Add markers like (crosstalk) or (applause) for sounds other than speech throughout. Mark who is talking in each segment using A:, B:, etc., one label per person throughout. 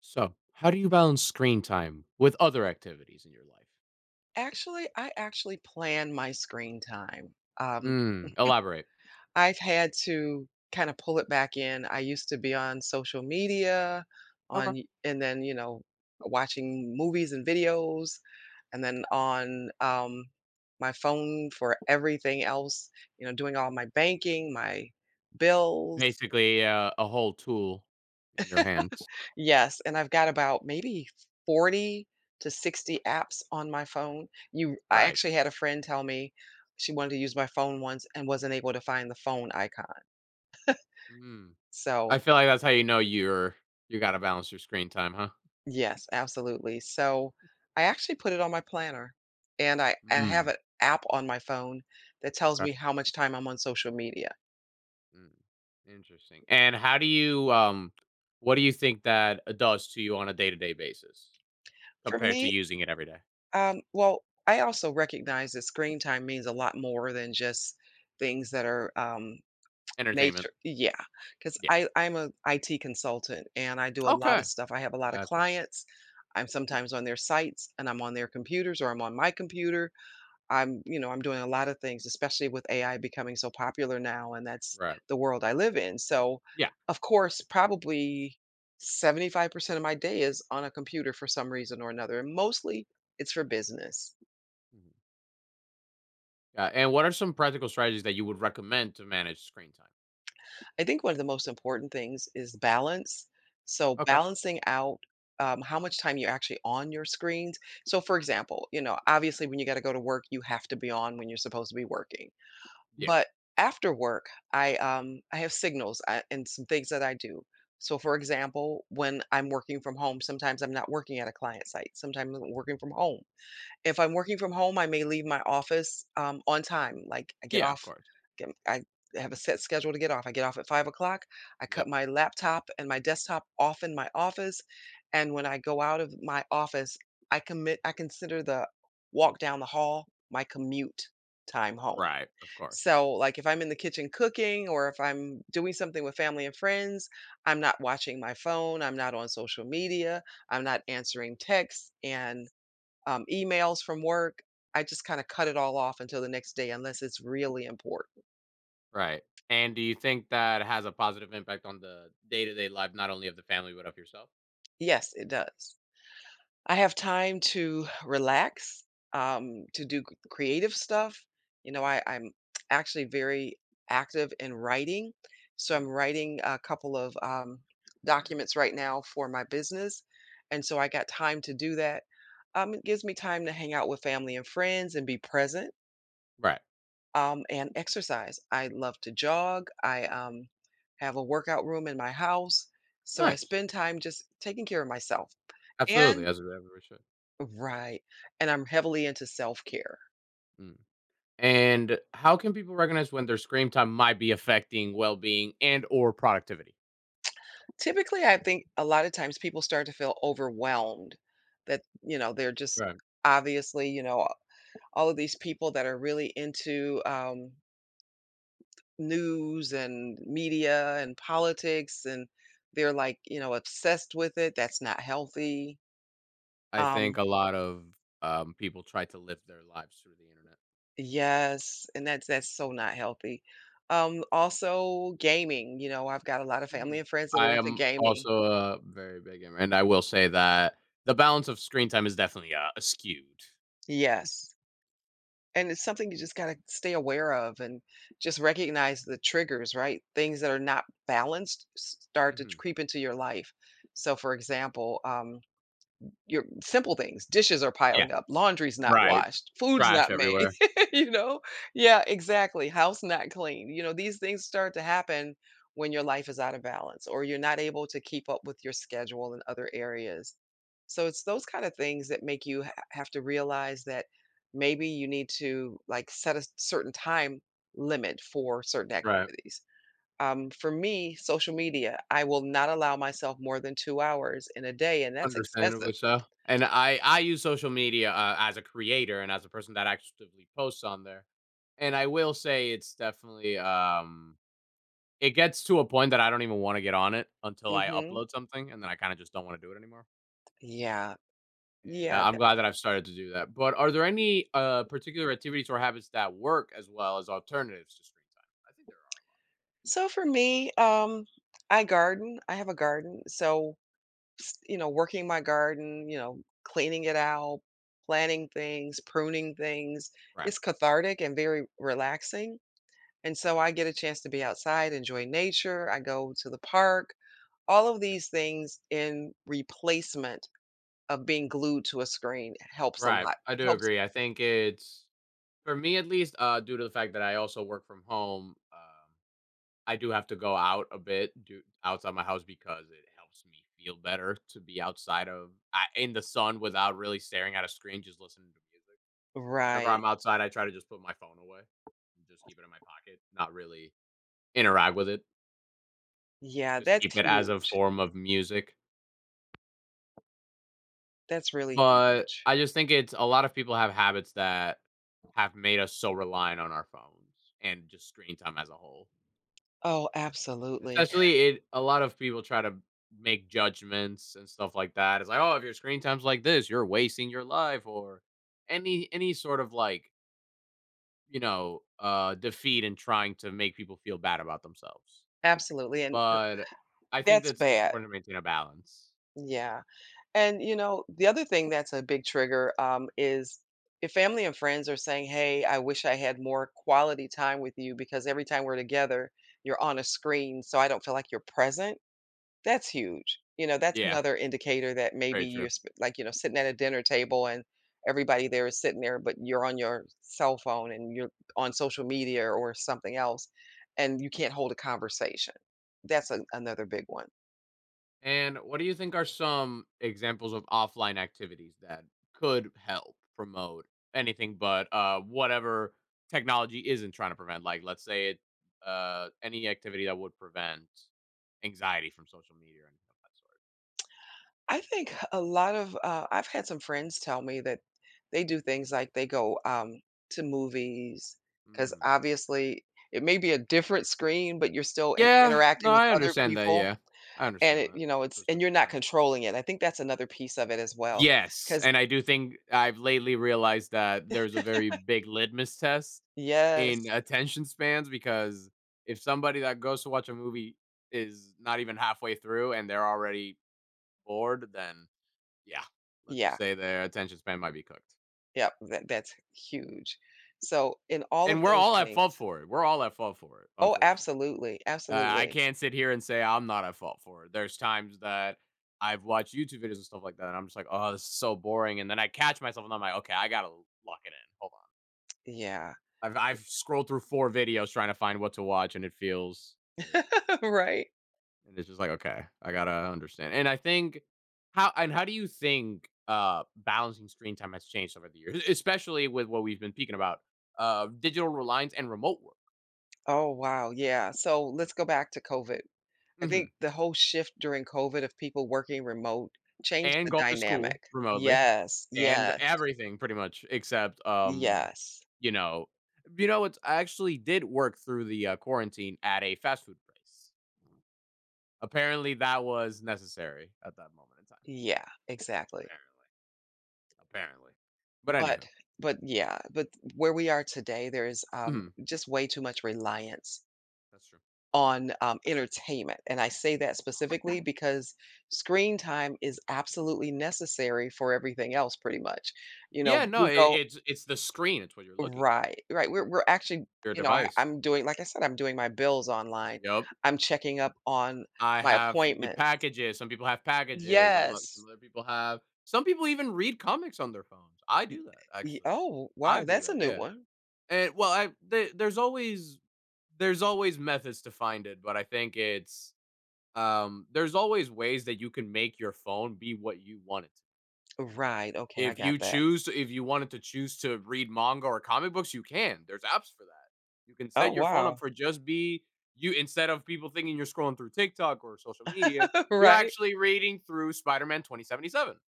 A: So, how do you balance screen time with other activities in your life?
B: Actually, I actually plan my screen time. Um,
A: Mm, elaborate.
B: I've had to kind of pull it back in. I used to be on social media,
A: Okay.
B: on y- and then you know watching movies and videos, and then on my phone for everything else. You know, doing all my banking, my bills.
A: Basically, a whole tool in your hands.
B: Yes, and I've got about maybe 40 to 60 apps on my phone. You I
A: Right.
B: actually had a friend tell me she wanted to use my phone once and wasn't able to find the phone icon.
A: Mm.
B: So,
A: I feel like that's how you know you got to balance your screen time, huh?
B: yes, absolutely. So, I actually put it on my planner, and I have
A: Mm.
B: an app on my phone that tells
A: Okay.
B: me how much time I'm on social media.
A: Mm. Interesting. And how do you what do you think that it does to you on a day-to-day basis
B: For
A: compared to
B: me,
A: using it every day?
B: well, I also recognize that screen time means a lot more than just things that are
A: Entertainment.
B: nature. Yeah, because
A: Yeah.
B: I'm a IT consultant, and I do a lot
A: Okay.
B: of stuff. I have a lot of
A: Gotcha.
B: clients. I'm sometimes on their sites, and I'm on their computers, or I'm on my computer. I'm doing a lot of things, especially with AI becoming so popular now, and that's
A: Right.
B: the world I live in. So,
A: Yeah.
B: of course, probably 75% of my day is on a computer for some reason or another, and mostly it's for business.
A: Yeah, and what are some practical strategies that you would recommend to manage screen time?
B: I think one of the most important things is balance. So
A: Okay.
B: balancing out how much time you're actually on your screens. So, for example, you know, obviously when you got to go to work, you have to be on when you're supposed to be working.
A: Yeah.
B: But after work, I have signals and some things that I do. So, for example, when I'm working from home, sometimes I'm not working at a client site. Sometimes I'm working from home. If I'm working from home, I may leave my office, on time. Like, I get
A: Yeah, of
B: off,
A: course.
B: get I have a set schedule to get off. I get off at 5 o'clock. I cut
A: Yep.
B: my laptop and my desktop off in my office, and when I go out of my office, I consider the walk down the hall my commute time home.
A: Right. Of course.
B: So, like, if I'm in the kitchen cooking or if I'm doing something with family and friends, I'm not watching my phone, I'm not on social media, I'm not answering texts, and emails from work. I just kind of cut it all off until the next day unless it's really important.
A: Right. And do you think that has a positive impact on the day to day life, not only of the family, but of yourself?
B: Yes, it does. I have time to relax, to do c- creative stuff. I'm actually very active in writing. So I'm
A: Mm.
B: writing a couple of documents right now for my business. And so I got time to do that. It gives me time to hang out with family and friends and be present,
A: Right.
B: and exercise. I love to jog. I have a workout room in my house. So I
A: Nice.
B: spend time just taking care of myself.
A: Absolutely.
B: And
A: As we ever should.
B: right. And I'm heavily into self care.
A: Mm. And how can people recognize when their screen time might be affecting well being and or productivity?
B: Typically, I think a lot of times people start to feel overwhelmed that, you know, they're just
A: Right.
B: obviously, you know, all of these people that are really into news and media and politics and they're like, you know, obsessed with it. That's not healthy.
A: I think
B: Um,
A: a lot of people try to live their lives through the internet.
B: Yes, and that's so not healthy. Also gaming, you know, I've got a lot of family
A: Mhm.
B: and friends that are
A: I
B: into
A: am
B: gaming.
A: also a very big gamer, and I will say that the balance of screen time is definitely, skewed.
B: Yes. And it's something you just got to stay aware of and just recognize the triggers, right? Things that are not balanced s- start to
A: Mhm.
B: creep into your life. So, for example, your simple things, dishes are
A: Yeah.
B: piling up, laundry's not
A: Right.
B: washed, food's
A: Trash
B: not made,
A: everywhere.
B: (laughs) you know? Yeah, exactly, house not clean, you know, these things start to happen when your life is out of balance or you're not able to keep up with your schedule in other areas. So it's those kind of things that make you ha have to realize that maybe you need to, like, set a certain time limit for certain
A: Right.
B: activities. For me, social media, I will not allow myself more than 2 hours in a day, and that's
A: Understandably
B: excessive.
A: so. And I use social media, as a creator and as a person that actively posts on there, and I will say it's definitely, it gets to a point that I don't even wanna get on it until I
B: Mhm.
A: upload something, and then I kinda just don't wanna do it anymore.
B: Yeah.
A: And
B: Yeah,
A: I'm
B: that
A: glad that I've started to do that. But are there any particular activities or habits that work as well as alternatives to screen time? I think there
B: so for me, I garden, I have a garden, so, s you know, working my garden, you know, cleaning it out, planting things, pruning things,
A: are. Right.
B: it's cathartic and very relaxing, and so I get a chance to be outside, enjoy nature, I go to the park, all of these things in replacement of being glued to a screen helps a
A: Right.
B: lot,
A: I do
B: helps
A: agree. I think it's for me at least, due to the fact that I also work from home. I do have to go out a bit, do outside my house because it helps me feel better to be outside of in the sun without really staring at a screen, just listening to music. Whenever
B: right.
A: I'm outside, I try to just put my phone away, and just keep it in my pocket, not really interact with it.
B: Yeah,
A: Just
B: that's
A: keep it as a
B: huge.
A: form of music,
B: That's really
A: but
B: huge.
A: I just think it's a lot of people have habits that have made us so reliant on our phones and just screen time as a whole.
B: Oh, absolutely,
A: Especially it a lot of people try to make judgments and stuff like that. It's like, "Oh, if your screen time's like this, you're wasting your life," or any sort of like, you know, defeat and trying to make people feel bad about themselves.
B: absolutely, and th
A: But I think
B: that's
A: that's it's
B: bad,
A: important to maintain a balance.
B: yeah, and, you know, the other thing that's a big trigger, is if family and friends are saying, "Hey, I wish I had more quality time with you because every time we're together, you're on a screen, so I don't feel like you're present." That's huge. You know, that's
A: Yeah,
B: another indicator that
A: that's
B: maybe
A: very true.
B: you're sp- like, you know, sitting at a dinner table and everybody there is sitting there, but you're on your cell phone and you're on social media or something else, and you can't hold a conversation. That's another big one.
A: And what do you think are some examples of offline activities that could help promote anything but whatever technology isn't trying to prevent? Like, let's say any activity that would prevent anxiety from social media or anything of that sort.
B: I think a lot of, I've had some friends tell me that they do things like they go to movies because
A: Hmm.
B: obviously it may be a different screen, but you're still in-
A: Yeah, no,
B: interacting with
A: I
B: other
A: understand that.
B: people.
A: Yeah, I
B: And
A: understand
B: it
A: that
B: you know, It's
A: to a
B: and
A: certain
B: you're not
A: extent.
B: controlling it. I think that's another piece of it as well.
A: Yes,
B: Because
A: and I do think I've lately realized that there's a very big litmus test in
B: yes.
A: attention spans because if somebody that goes to watch a movie is not even halfway through and they're already bored, then yeah, let's just
B: Yeah.
A: say their attention span might be cooked.
B: Yep. That that's huge. So, in all
A: And
B: of
A: we're
B: those
A: all at
B: things
A: fault for it. We're all at fault for it,
B: oh,
A: unfortunately.
B: absolutely,
A: I
B: absolutely.
A: can't sit here and say I'm not at fault for it. There's times that I've watched YouTube videos and stuff like that, and I'm just like, oh, this is so boring. And then I catch myself and I'm like, okay, I gotta lock it in. Hold on.
B: Yeah.
A: I've scrolled through 4 videos trying to find what to watch, and it feels ugh,
B: (laughs) Right?
A: and it's just like, "Okay, I gotta understand." And I think how do you think, balancing screen time has changed over the years, especially with what we've been peeking about, digital reliance and remote work?
B: Oh, wow, yeah. So, let's go back to COVID. I
A: Mhm.
B: think the whole shift during COVID of people working remote changed
A: And
B: the
A: going to school
B: dynamic.
A: remotely
B: Yes,
A: and
B: yes,
A: everything pretty much except,
B: yes.
A: you know you know, it's I actually did work through the, quarantine at a fast food place. Apparently, that was necessary at that moment in time.
B: Yeah, exactly.
A: Apparently, apparently. But
B: But
A: anywho,
B: but where we are today, there's,
A: mhm,
B: just way too much reliance
A: that's true.
B: on, entertainment, and I say that specifically because screen time is absolutely necessary for everything else pretty much. You
A: Yeah,
B: know,
A: no,
B: we go
A: it's the screen. It's what you're looking at.
B: right, right, we're actually
A: Your
B: you know,
A: device.
B: I'm doing like I said, I'm doing my bills online.
A: Yep.
B: I'm checking up on
A: I
B: my
A: have the
B: appointments.
A: packages. Some people have packages. Some
B: Yes.
A: other people have. Some people even read comics on their phones. I
B: Y
A: do that
B: y
A: actually.
B: oh, wow,
A: I do
B: that's a
A: that.
B: new
A: Yeah.
B: one.
A: And well, I the there's always methods to find it, but I think it's there's always ways that you can make your phone be what you want it to.
B: Right, okay, I got that.
A: If you wanted to choose to read manga or comic books, you can. There's apps for that. You can set
B: Oh,
A: your phone up
B: wow.
A: for just be you, instead of people thinking you're scrolling through TikTok or social media,
B: (laughs)
A: you're
B: Right?
A: actually reading through Spider-Man 2077,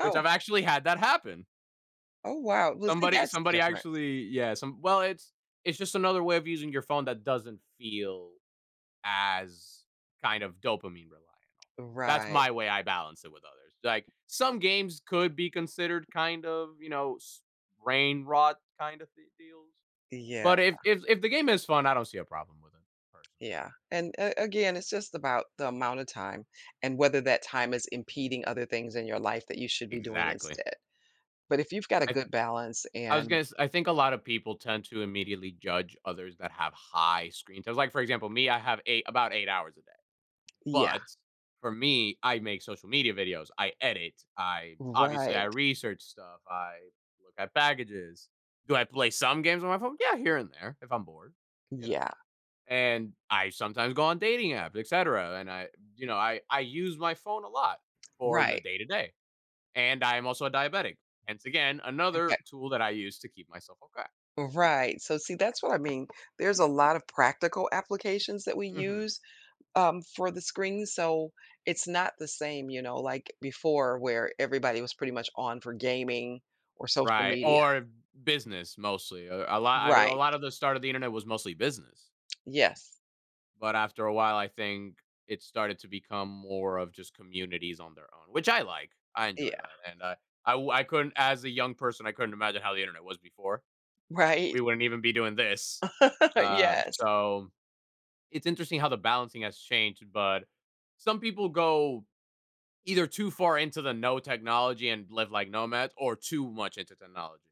A: which I've actually had that happen.
B: oh, wow. Well, see,
A: Somebody
B: that's
A: somebody
B: different.
A: actually yeah, some well, it's just another way of using your phone that doesn't feel as kind of dopamine reliant. That's
B: Right.
A: my way I balance it with others. Like some games could be considered kind of, you know, brain rot kind of deals.
B: Yeah,
A: But if the game is fun, I don't see a problem with it personally.
B: yeah. And again, it's just about the amount of time and whether that time is impeding other things in your life that you should be doing
A: Exactly.
B: instead. But if you've got a
A: I
B: good balance
A: I was
B: and
A: gonna. S- I think a lot of people tend to immediately judge others that have high screen times. Like for example, me, I have 8 hours a day.
B: yeah,
A: But for me, I make social media videos. I edit. I
B: right.
A: research stuff. I look at packages. Do I play some games on my phone? Yeah, here and there if I'm bored, you know.
B: Yeah,
A: And I sometimes go on dating apps, etc. And you know, I use my phone a lot for the
B: right.
A: day to day. And I am also a diabetic. Hence, again,
B: Okay.
A: another tool that I use to keep myself okay.
B: Right. So, see, that's what I mean. There's a lot of practical applications that we
A: Hmm.
B: use for the screen, so it's not the same, you know, like before where everybody was pretty much on for gaming or social
A: Right.
B: media.
A: Or business mostly. A
B: Right.
A: lot of the start of the internet was mostly business.
B: Yes.
A: But after a while, I think it started to become more of just communities on their own, which I like. I enjoy
B: Yeah.
A: that, and I couldn't, as a young person, I couldn't imagine how the internet was before.
B: Right.
A: We wouldn't even be doing this.
B: (laughs)
A: Uh,
B: Yes.
A: so it's interesting how the balancing has changed, but some people go either too far into the no technology and live like nomads, or too much into technology.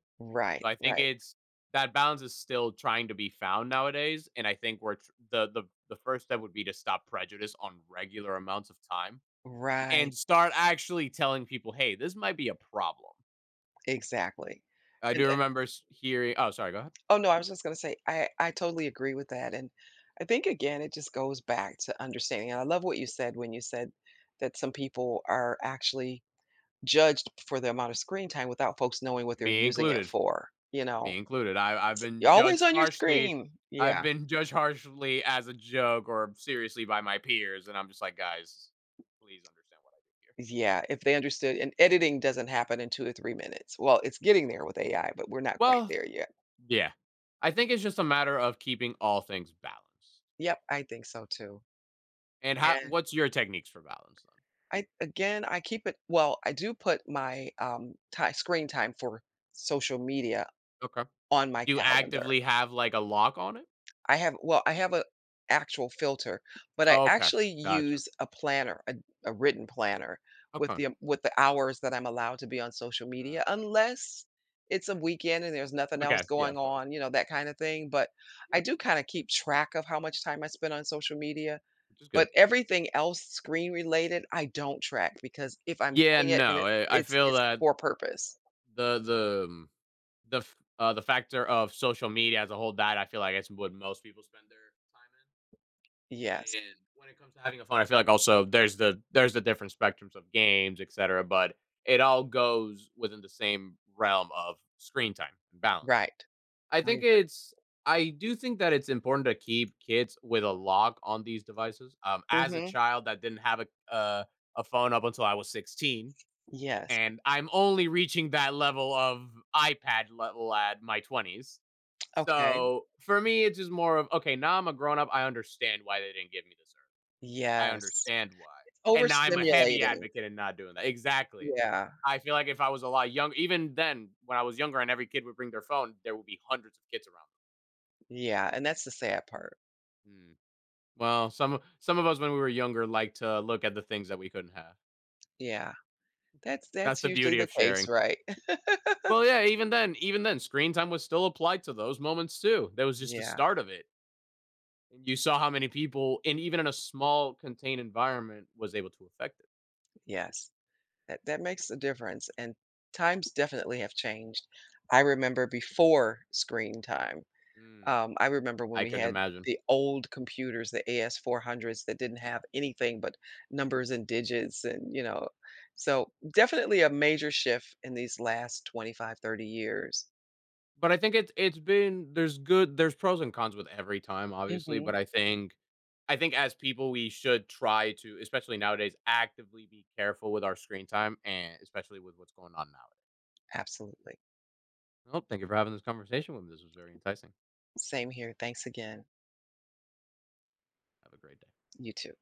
A: So
B: Right,
A: I think
B: right,
A: it's that balance is still trying to be found nowadays, and I think we're tr- the first step would be to stop prejudice on regular amounts of time and
B: right,
A: start actually telling people, "Hey, this might be a problem."
B: exactly.
A: I do
B: And
A: remember s- hearing. Oh, sorry, go ahead.
B: oh no, I was just gonna say I totally agree with that. And I think again, it just goes back to understanding. And I love what you said when you said that some people are actually judged for the amount of screen time without folks knowing what they're
A: Me
B: using it
A: included.
B: for, you know.
A: Me included. I've
B: S
A: been
B: You're always
A: judged
B: on your
A: harshly.
B: screen.
A: I've
B: Yeah.
A: been judged harshly as a joke or seriously by my peers, and I'm just like, guys, please understand what I do here.
B: Yeah, if they understood and editing doesn't happen in 2 or 3 minutes. Well, it's getting there with AI, but we're not quite
A: Well,
B: there yet.
A: yeah, I think it's just a matter of keeping all things balanced.
B: Yep, I think so too.
A: And how
B: And
A: what's your techniques for balance then?
B: I Again, I keep it well, I do put my, ti screen time for social media
A: Okay.
B: on my
A: Do you
B: calendar.
A: actively have, like, a lock on it?
B: I have Well, I have a actual filter, but I
A: Okay.
B: actually
A: Gotcha.
B: use a planner, a written planner
A: Okay.
B: with the hours that I'm allowed to be on social media,
A: Gotcha.
B: unless it's a weekend and there's nothing else
A: Okay, yeah,
B: going
A: of course.
B: on, you know, that kind of thing, but
A: Yeah,
B: I do kinda keep track of how much time I spend on social media,
A: which is good.
B: but everything else screen related, I don't track because if I'm
A: Yeah,
B: doing it and
A: no,
B: it
A: I
B: it's
A: feel
B: it's
A: that
B: for purpose.
A: the the, um, the factor of social media as a whole, that I feel like it's what most people spend their time
B: Yes,
A: in, and when it comes to having a phone, I feel like also there's the different spectrums of games, etcetera, but it all goes within the same realm of screen time and balance.
B: right.
A: I
B: I
A: think
B: agree.
A: it's I do think that it's important to keep kids with a lock on these devices. As a
B: Mhm.
A: child that didn't have uh, a phone up until I was 16,
B: Yes.
A: and I'm only reaching that level of iPad level at my 20's.
B: Okay.
A: So for me, it's just more of okay. Now I'm a grown up. I understand why they didn't give me this early. I
B: Yes.
A: understand why, and now I'm a heavy
B: Overstimulating.
A: advocate in not doing that. Exactly.
B: Yeah,
A: I feel like if I was a lot younger, even then, when I was younger, and every kid would bring their phone, there would be hundreds of kids around.
B: yeah, and that's the sad part.
A: Mm. Well, some of us when we were younger like to look at the things that we couldn't have.
B: Yeah,
A: That's
B: that's
A: the
B: usually
A: beauty
B: the
A: of
B: case,
A: sharing.
B: right? (laughs)
A: Well, yeah, even then, screen time was still applied to those moments too. That was just the
B: Yeah,
A: start of it. And you saw how many people, and even in a small contained environment, was able to affect it.
B: yes, that that makes a difference, and times definitely have changed. I remember before screen time,
A: Mm.
B: I remember when
A: I
B: we
A: couldn't
B: had
A: imagine.
B: the old computers, the AS400s that didn't have anything but numbers and digits and, you know, so definitely a major shift in these last 25, 30 years.
A: But I think it's been there's pros and cons with every time, obviously. But
B: Mhm,
A: I think as people, we should try to, especially nowadays, actively be careful with our screen time and especially with what's going on now.
B: absolutely.
A: Well, thank you for having this conversation with me. This was very enticing.
B: Same here. Thanks again.
A: Have a great day.
B: You too.